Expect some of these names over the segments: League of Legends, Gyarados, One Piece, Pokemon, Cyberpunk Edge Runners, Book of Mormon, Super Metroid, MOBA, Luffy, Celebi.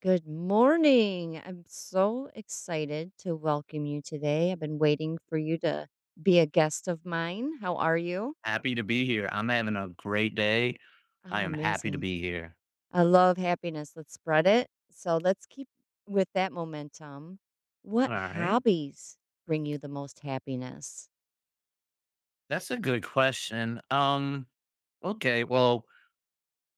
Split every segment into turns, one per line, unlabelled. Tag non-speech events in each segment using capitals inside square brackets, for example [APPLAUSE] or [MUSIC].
Good morning. I'm so excited to welcome you today. I've been waiting for you to be a guest of mine. How are you?
Happy to be here. I'm having a great day. I
Oh,
am happy to
amazing.
be here.
I love happiness. Let's spread it. So let's keep with that momentum.
All
What
right.
hobbies bring you the most happiness?
That's a good question. Okay, well,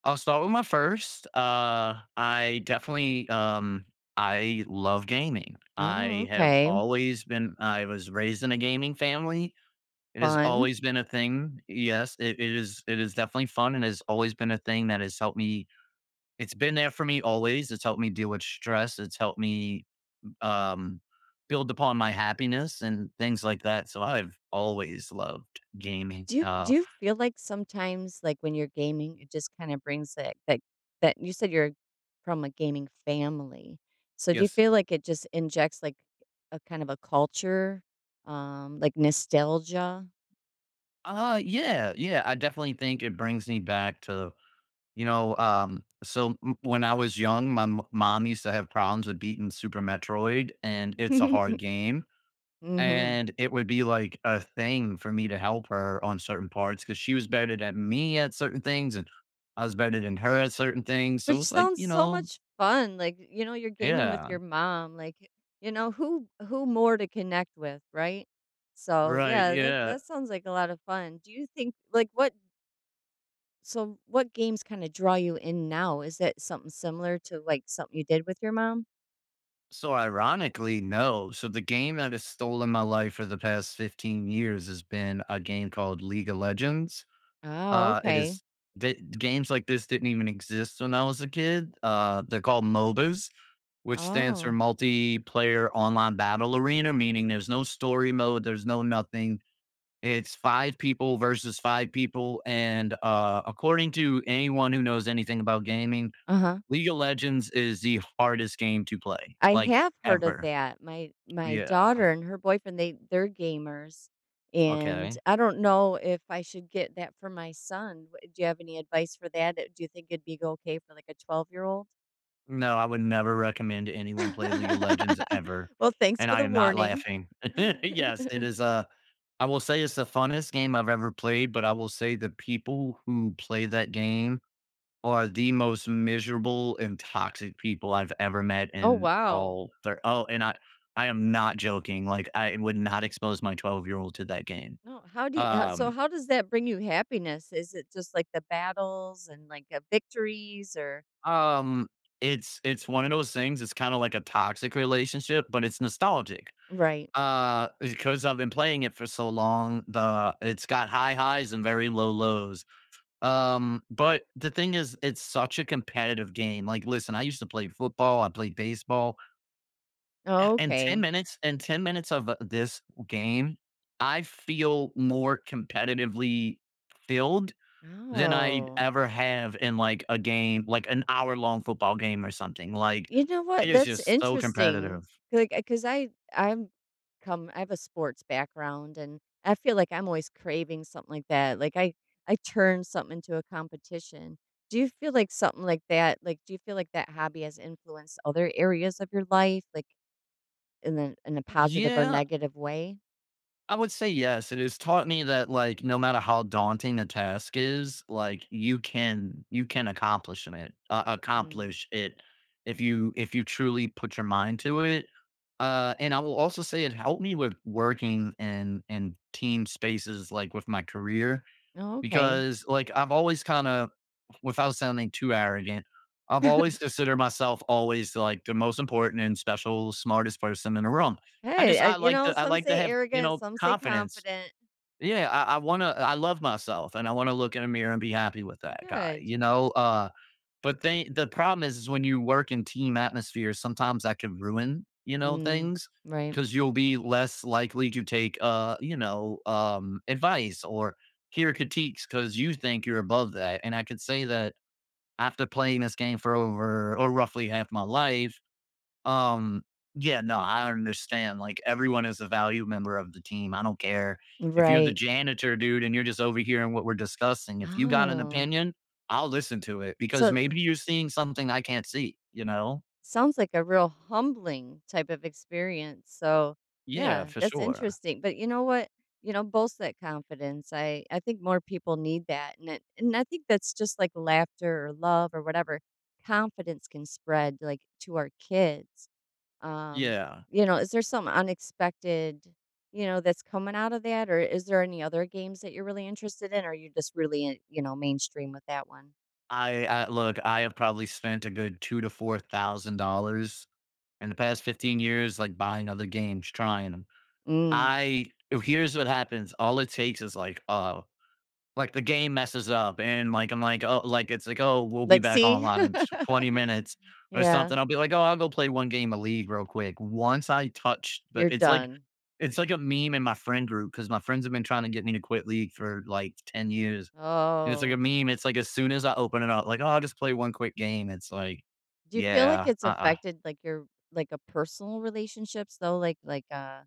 I'll start with my first. I definitely I love gaming.
Oh,
I have
okay.
always been I was raised in a gaming family. It has
Fun.
always been a thing. Yes, it, it is definitely fun and has always been a thing that has helped me. It's been there for me always. It's helped me deal with stress. It's helped me um, build upon my happiness and things like that. So I've always loved gaming.
Do you do you feel like sometimes, like, when you're gaming, it just kinda brings that you said you're from a gaming family. So, do you
Yes.
feel like it just injects, like, a kind of a culture, like nostalgia?
Yeah. I definitely think it brings me back to, when I was young, my mom used to have problems with beating Super Metroid, and it's a hard
[LAUGHS]
game.
Mhm.
And it would be like a thing for me to help her on certain parts because she was better than me at certain things, and I was better than her at certain things. So it
Which
was like,
sounds
you
so
know,
much fun, like, you're gaming with
yeah,
your mom, like, you know, who more to connect with, right? So,
right,
yeah, that
yeah.
that sounds like a lot of fun. Do you think like, what So what games kinda draw you in now? Is it something similar to, like, something you did with your mom?
So ironically, no. So the game that has stolen my life for the past 15 years has been a game called League of Legends.
Oh,
It
okay.
is games like this didn't even exist when I was a kid. They're called MOBAs, which stands for
Oh.
multiplayer online battle arena, meaning there's no story mode, there's no nothing. It's five people versus five people. And according to anyone who knows anything about gaming,
Uh-huh.
League of Legends is the hardest game to play,
I
like
have heard of
ever.
that. My
Yeah,
daughter and her boyfriend, they're gamers, and
okay.
I don't know if I should get that for my son. Wha do you have any advice for that? Do you think it'd be go okay for, like, a 12-year-old?
No, I would never recommend anyone play League of Legends
[LAUGHS]
ever,
Well, thanks
and
for
I
the
am not
warning.
laughing. [LAUGHS] Yes, it
[LAUGHS]
is, a. I will say it's the funnest game I've ever played, but I will say the people who play that game are the most miserable and toxic people I've ever met
Oh,
in
wow.
all their oh, and I am not joking, like, I would not expose my 12-year-old to that game.
No, how do you how, so
Um
how does that bring you happiness? Is it just like the battles and like victories or
um, it's one of those things, it's kinda like a toxic relationship, but it's nostalgic.
Right.
Because I've been playing it for so long, the it's got high highs and very low lows. But the thing is, it's such a competitive game. Like, listen, I used to play football, I played baseball, and
Okay.
10 minutes of this game, I feel more competitively filled than I
Oh.
ever have in like a game, like an hour long football game or something. Like,
You know
it
what?
is
That's
just so
interesting.
competitive.
Like cuz I'm come I have a sports background and I feel like I'm always craving something like that. Like I turn something into a competition. Do you feel like something like that? Like do you feel like that hobby has influenced other areas of your life like in a positive or
Yeah,
negative way?
I would say yes. It has taught me that like no matter how daunting a task is, like you can accomplish it.
Mm.
Accomplish it if you truly put your mind to it. And I will also say it helped me with working in team spaces like with my career
Oh, okay.
because like I've always kind of without sounding too arrogant, I've always
[LAUGHS]
considered myself always like the most important and special, smartest person in the room.
Hey,
I
you
like
know,
to
some say
have you
arrogant,
know
some say
confidence.
confident.
Yeah, I wanna I love myself and I wanna look in a mirror and be happy with that guy.
Good.
You know, but they, the problem is when you work in team atmospheres, sometimes that can ruin you know
Mm,
things
right.
because you'll be less likely to take you know advice or hear critiques because you think you're above that. And I could say that after playing this game for over or roughly half my life, um, yeah, no, I understand. Like everyone is a value member of the team. I don't care if you're the
Right.
janitor, dude, and you're just overhearing what we're discussing. If you got an
Oh,
opinion, I'll listen to it because
so
maybe you're seeing something I can't see. You know?
sounds like a real humbling type of experience. So,
Yeah,
yeah,
for
that's
sure.
interesting. But you know what? You know, boast that confidence. I think more people need that, and it, and I think that's just like laughter or love or whatever. Confidence can spread like to our kids. Um,
Yeah.
you know, is there some unexpected, you know, that's coming out of that, or is there any other games that you're really interested in, or are you just really, you know, mainstream with that one?
I look, I have probably spent a good two to four thousand dollars in the past 15 years, like buying other games, trying 'em.
Mm.
I here's what happens. All it takes is like the game messes up, and like I'm like, oh, like it's like, oh, we'll be
Like,
back
see,
online in 20 minutes
[LAUGHS]
or
yeah,
something. I'll be like, oh, I'll go play one game of league real quick. Once I touch, but
you're done.
it's like a meme in my friend group because my friends have been trying to get me to quit league for like 10 years, and it's like a
Oh,
meme. It's like as soon as I open it up, like, oh, I'll just play one quick game. It's like,
do you feel like
yeah,
it's
uh, uh
affected like your like a personal relationships though, like,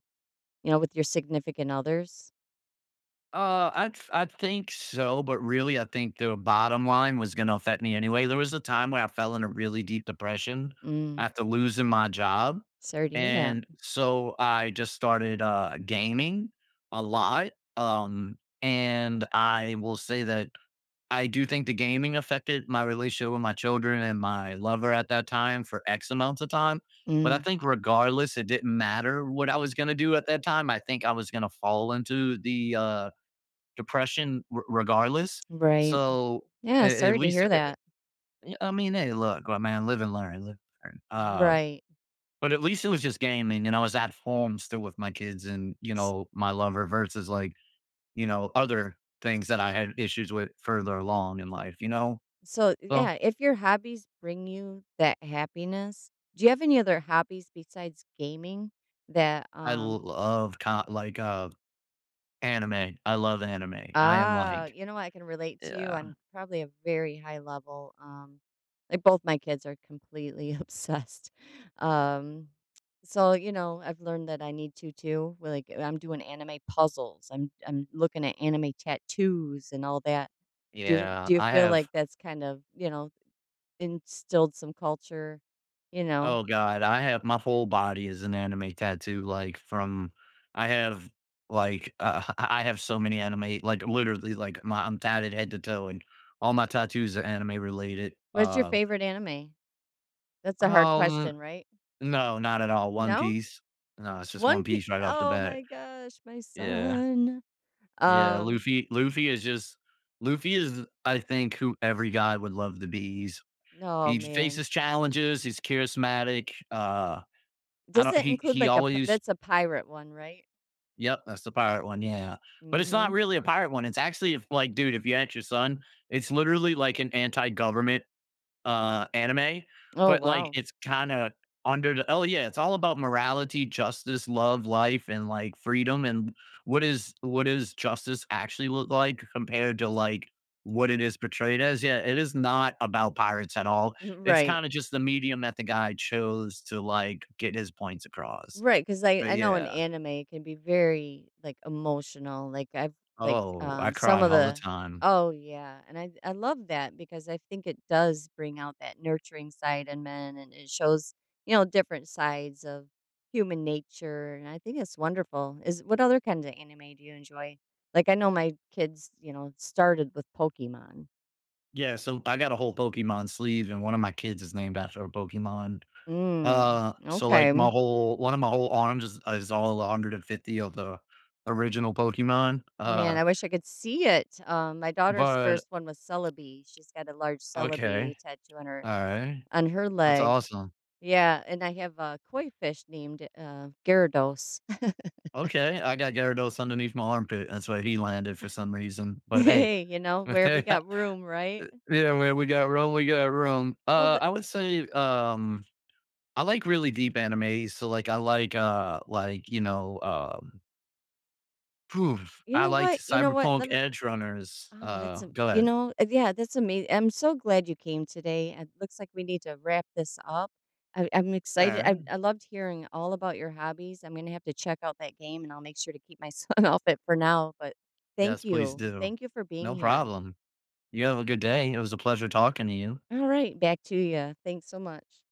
you know, with your significant others?
I I think so, but really, I think the bottom line was going to affect me anyway. There was a time where I fell in a really deep depression
Mm.
after losing my job,
Sorry to hear that.
and so I just started gaming a lot. Um, and I will say that I do think the gaming affected my relationship with my children and my lover at that time for X amounts of time. But I
Mm.
think regardless, it didn't matter what I was going to do at that time. I think I was going to fall into the depression r regardless.
Right.
So,
Yeah.
a at
Sorry to
least,
hear that.
yeah, I mean, hey, look, well, man, live and learn, live and learn.
Right.
But at least it was just gaming, and I was at home still with my kids and, you know, my lover versus, like, you know, other things that I had issues with further along in life, you know?
So,
So,
yeah, if your hobbies bring you that happiness, do you have any other hobbies besides gaming that
I love co like, anime. I love anime. I am
ah,
like
you know what, I can relate to you
yeah,
on probably a very high level. Like both my kids are completely [LAUGHS] obsessed. Um so, you know, I've learned that I need to too. Where, like I'm doing anime puzzles. I'm looking at anime tattoos and all that. Do you
yeah.
do you
I
feel
have
like that's kind of, you know, instilled some culture, you know?
Oh god, I have my whole body is an anime tattoo, like, I have, [LAUGHS] I have so many anime, like, literally, like, my I'm tatted head to toe, and all my tattoos are anime related.
What's your favorite anime? That's a hard
Um,
question, right?
no, not at all, One
No?
Piece. No, it's just
One
One
Piece.
Piece right off the
Oh
bat.
my gosh, my
Yeah,
son.
yeah,
Um,
Luffy is just Luffy is, I think, who every guy would love to be.
oh
He
man.
faces challenges, he's charismatic, I
Does
don't
it include
he
like a
always
that's a pirate one, right?
yep, that's the pirate one, yeah. But it's not
Mhm.
really a pirate one, it's actually if like, dude, if you ask your son, it's literally like an anti-government, anime,
Oh
but, like,
wow.
it's kinda under the oh, yeah, it's all about morality, justice, love, life, and, like, freedom, and what is justice actually look like compared to, like, what it is portrayed as. Yeah, it is not about pirates at all. It's
[LAUGHS] Right.
kinda just the medium that the guy chose to, like, get his points across.
Right, because
But
I know in
yeah.
anime can be very, like, emotional, like, I've like,
Oh, I
some
cry
of
all the
the
time.
Oh, yeah, and I love that because I think it does bring out that nurturing side in men, and it shows, you know, different sides of human nature, and I think it's wonderful. Is what other kinds of anime do you enjoy? Like, I know my kids, you know, started with Pokemon.
Yeah, so I got a whole Pokemon sleeve, and one of my kids is named after a Pokemon.
Mm,
So like my
okay.
whole one of my whole arms is all 150 of the original Pokemon.
Man, I wish I could see it. My daughter's
But
first one was Celebi. She's got a large Celebi
okay,
tattoo
all right,
on her
that's
leg.
awesome.
Yeah, and I have a koi fish named Gyarados. [LAUGHS]
Okay, I got Gyarados underneath my armpit. That's where he landed for some reason. But hey,
Hey, you know,
[LAUGHS]
wherever you
yeah,
got room, right?
man, we got room. We got room.
Well, the,
I would say, I like really deep anime. So like I like you know phew,
you
I
know
like
what? You know what?
cyberpunk
Let me.
edge runners.
Oh, that's a
Go
you
ahead.
know, yeah, that's amazing. I'm so glad you came today. It looks like we need to wrap this up. I'm
All
excited.
right.
I loved hearing all about your hobbies. I'm going to have to check out that game and I'll make sure to keep my [LAUGHS] son off it for now. But thank
Yes, please
you.
do.
Thank you for being
No
here.
problem. You have a good day. It was a pleasure talking to you.
All right. Back to you. Thanks so much.